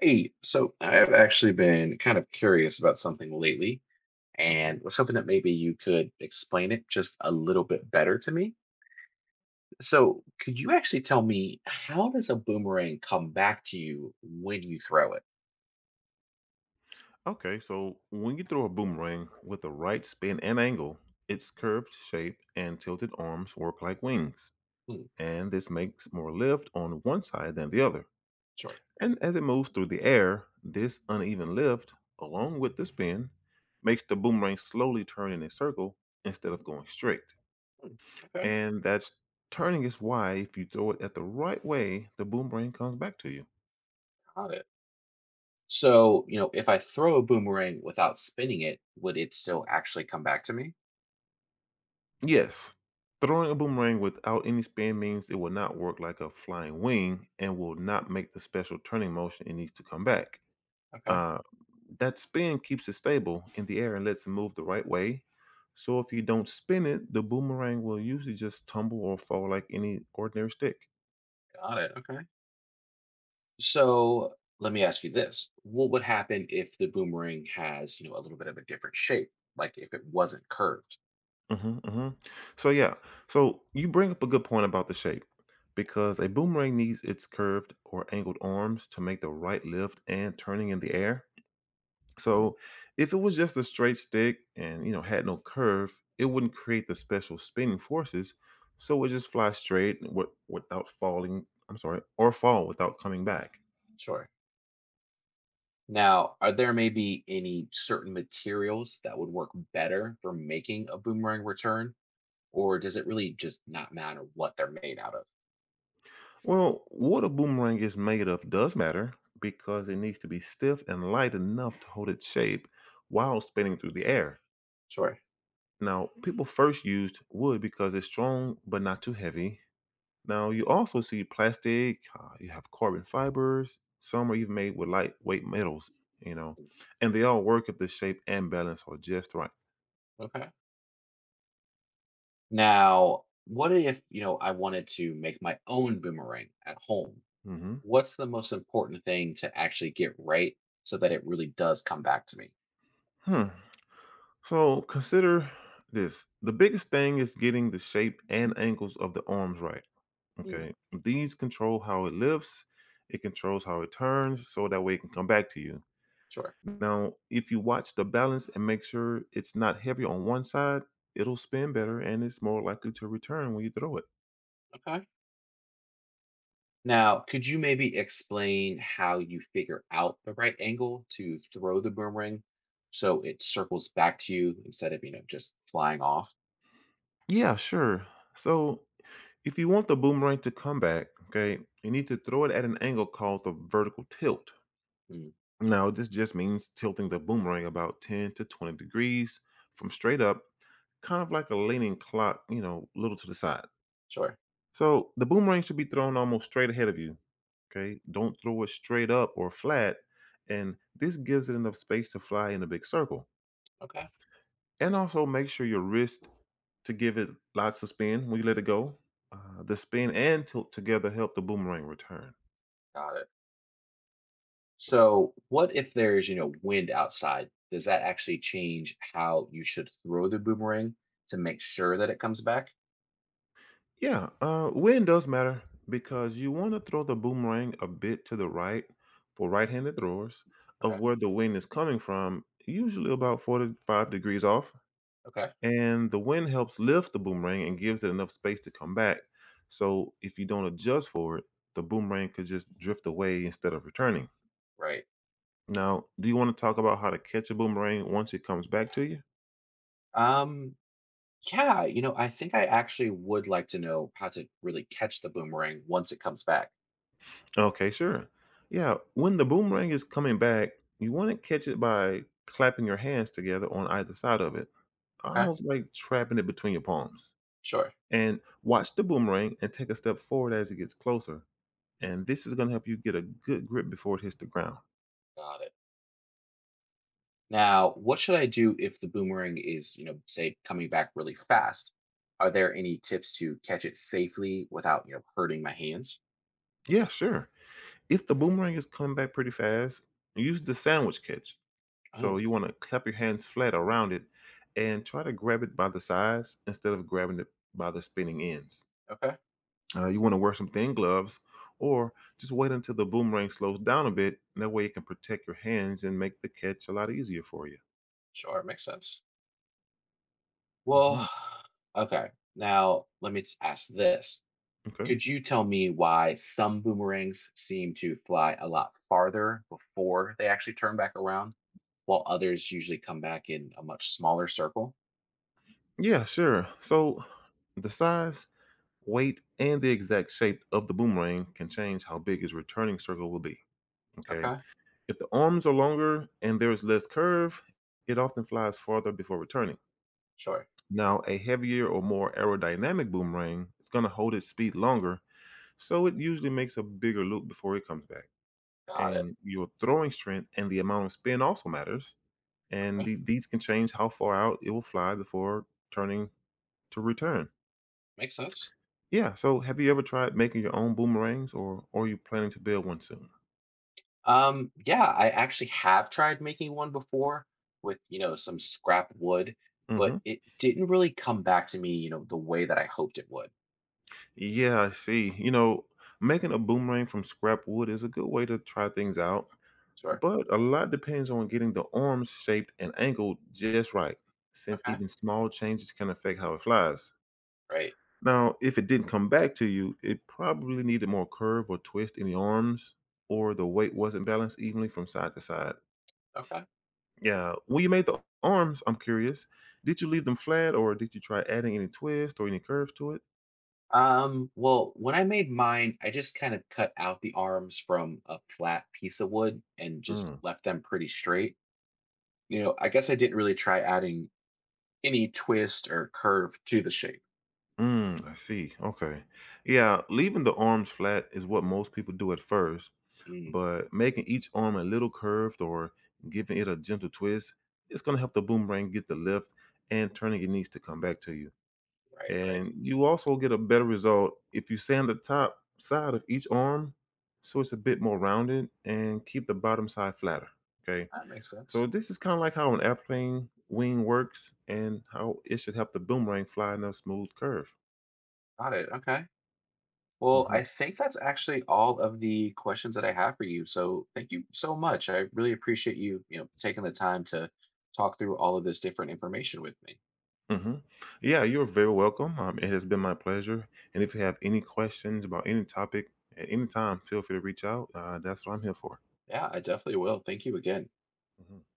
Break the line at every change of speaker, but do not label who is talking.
Hey, so I've actually been kind of curious about something lately
Mhm.
and was hoping that maybe you could explain it just a little bit better to me. So, could you actually tell me how does a boomerang come back to you when you throw it?
Okay, so when you throw a boomerang with the right spin and angle, its curved shape and tilted arms work like wings,
Hmm,
and this makes more lift on one side than the other.
sure.
And as it moves through the air, this uneven lift, along with the spin, makes the boomerang slowly turn in a circle instead of going straight.
Hmm, okay,
And that's turning is why if you throw it at the right way, the boomerang comes back to you.
got it. So, you know, if I throw a boomerang without spinning it, would it still actually come back to me?
Yes. Throwing a boomerang without any spin means it will not work like a flying wing and will not make the special turning motion it needs to come back.
Okay,
Uh, that spin keeps it stable in the air and lets it move the right way. So if you don't spin it, the boomerang will usually just tumble or fall like any ordinary stick.
got it. Okay. So let me ask you this. What would happen if the boomerang has, you know, a little bit of a different shape, like if it wasn't curved?
hmm hmm So yeah, so you bring up a good point about the shape because a boomerang needs its curved or angled arms to make the right lift and turning in the air.
Mm,
So if it was just a straight stick and you know had no curve, it wouldn't create the special spinning forces, so it would just fly straight and without falling. I'm sorry, or fall without coming back.
sure. Now, are there maybe any certain materials that would work better for making a boomerang return, or does it really just not matter what they're made out of?
Well, what a boomerang is made of does matter because it needs to be stiff and light enough to hold its shape while spinning through the air.
Sure.
Now, people first used wood because it's strong but not too heavy. Now you also see plastic, you have carbon fibers, some are even made with lightweight metals, you know, and they all work if the shape and balance are just right.
Okay. Now, what if, you know, I wanted to make my own boomerang at home?
hmm
What's the most important thing to actually get right so that it really does come back to me?
Hmm. So consider this. The biggest thing is getting the shape and angles of the arms right.
Mm.
Okay. These control how it lifts, it controls how it turns, so that way it can come back to you.
Sure.
Now, if you watch the balance and make sure it's not heavy on one side, it'll spin better and it's more likely to return when you throw it.
Okay. Now, could you maybe explain how you figure out the right angle to throw the boomerang so it circles back to you instead of, you know, just flying off?
Yeah, sure. So if you want the boomerang to come back, okay, you need to throw it at an angle called the vertical tilt.
Mm,
Now, this just means tilting the boomerang about 10 to 20 degrees from straight up, kind of like a leaning clock, you know, little to the side.
sure.
So the boomerang should be thrown almost straight ahead of you. Okay, don't throw it straight up or flat. And this gives it enough space to fly in a big circle.
Okay.
And also make sure your wrist to give it lots of spin when you let it go. The spin and tilt together help the boomerang return.
Got it. So, what if there's, you know, wind outside? Does that actually change how you should throw the boomerang to make sure that it comes back?
Yeah, wind does matter because you want to throw the boomerang a bit to the right for right handed throwers of
Okay.
where the wind is coming from, usually about 45 degrees off.
Okay.
And the wind helps lift the boomerang and gives it enough space to come back. So if you don't adjust for it, the boomerang could just drift away instead of returning.
Right.
Now, do you want to talk about how to catch a boomerang once it comes back to you?
Um, yeah, you know, I think I actually would like to know how to really catch the boomerang once it comes back.
Okay, sure. Yeah, when the boomerang is coming back, you want to catch it by clapping your hands together on either side of it,
Okay.
almost like trapping it between your palms.
Sure.
And watch the boomerang and take a step forward as it gets closer. And this is going to help you get a good grip before it hits the ground.
Got it. Now, what should I do if the boomerang is, you know, say coming back really fast? Are there any tips to catch it safely without, you know, hurting my hands?
Yeah, sure. If the boomerang is coming back pretty fast, use the sandwich catch. So
Oh,
you want to clap your hands flat around it and try to grab it by the sides instead of grabbing it by the spinning ends.
okay.
You want to wear some thin gloves or just wait until the boomerang slows down a bit. That way it can protect your hands and make the catch a lot easier for you.
Sure, makes sense.
hmm
Well, okay. Now, let me ask this.
Okay.
Could you tell me why some boomerangs seem to fly a lot farther before they actually turn back around, while others usually come back in a much smaller circle?
Yeah, sure. So the size, weight, and the exact shape of the boomerang can change how big his returning circle will be. Okay.
Okay.
If the arms are longer and there's less curve, it often flies farther before returning.
Sure.
Now, a heavier or more aerodynamic boomerang is going to hold its speed longer, so it usually makes a bigger loop before it comes back.
Got it.
And your throwing strength and the amount of spin also matters. And
Okay.
these can change how far out it will fly before turning to return.
Makes sense.
Yeah. So, have you ever tried making your own boomerangs, or are you planning to build one soon?
Yeah, I actually have tried making one before with, you know, some scrap wood, but
hmm
it didn't really come back to me, you know, the way that I hoped it would.
Yeah, I see. You know, making a boomerang from scrap wood is a good way to try things out,
Sure.
but a lot depends on getting the arms shaped and angled just right, since
Okay.
even small changes can affect how it flies.
Right.
Now, if it didn't come back to you, it probably needed more curve or twist in the arms, or the weight wasn't balanced evenly from side to side.
Okay.
Yeah, when you made the arms, I'm curious, did you leave them flat or did you try adding any twist or any curves to it?
Well, when I made mine, I just kind of cut out the arms from a flat piece of wood and just
Mm,
left them pretty straight. You know, I guess I didn't really try adding any twist or curve to the shape.
I see. Okay. Yeah, leaving the arms flat is what most people do at first,
Mm,
but making each arm a little curved or giving it a gentle twist, it's going to help the boomerang get the lift and turning it needs to come back to you.
right, right.
And you also get a better result if you sand the top side of each arm so it's a bit more rounded and keep the bottom side flatter. Okay.
That makes sense.
So this is kind of like how an airplane wing works and how it should help the boomerang fly in a smooth curve.
Got it. Okay. Well,
hmm
I think that's actually all of the questions that I have for you. So thank you so much. I really appreciate you, you know, taking the time to talk through all of this different information with me.
hmm Yeah, you're very welcome. It has been my pleasure. And if you have any questions about any topic at any time, feel free to reach out. That's what I'm here for.
Yeah, I definitely will. Thank you again.
Mhm.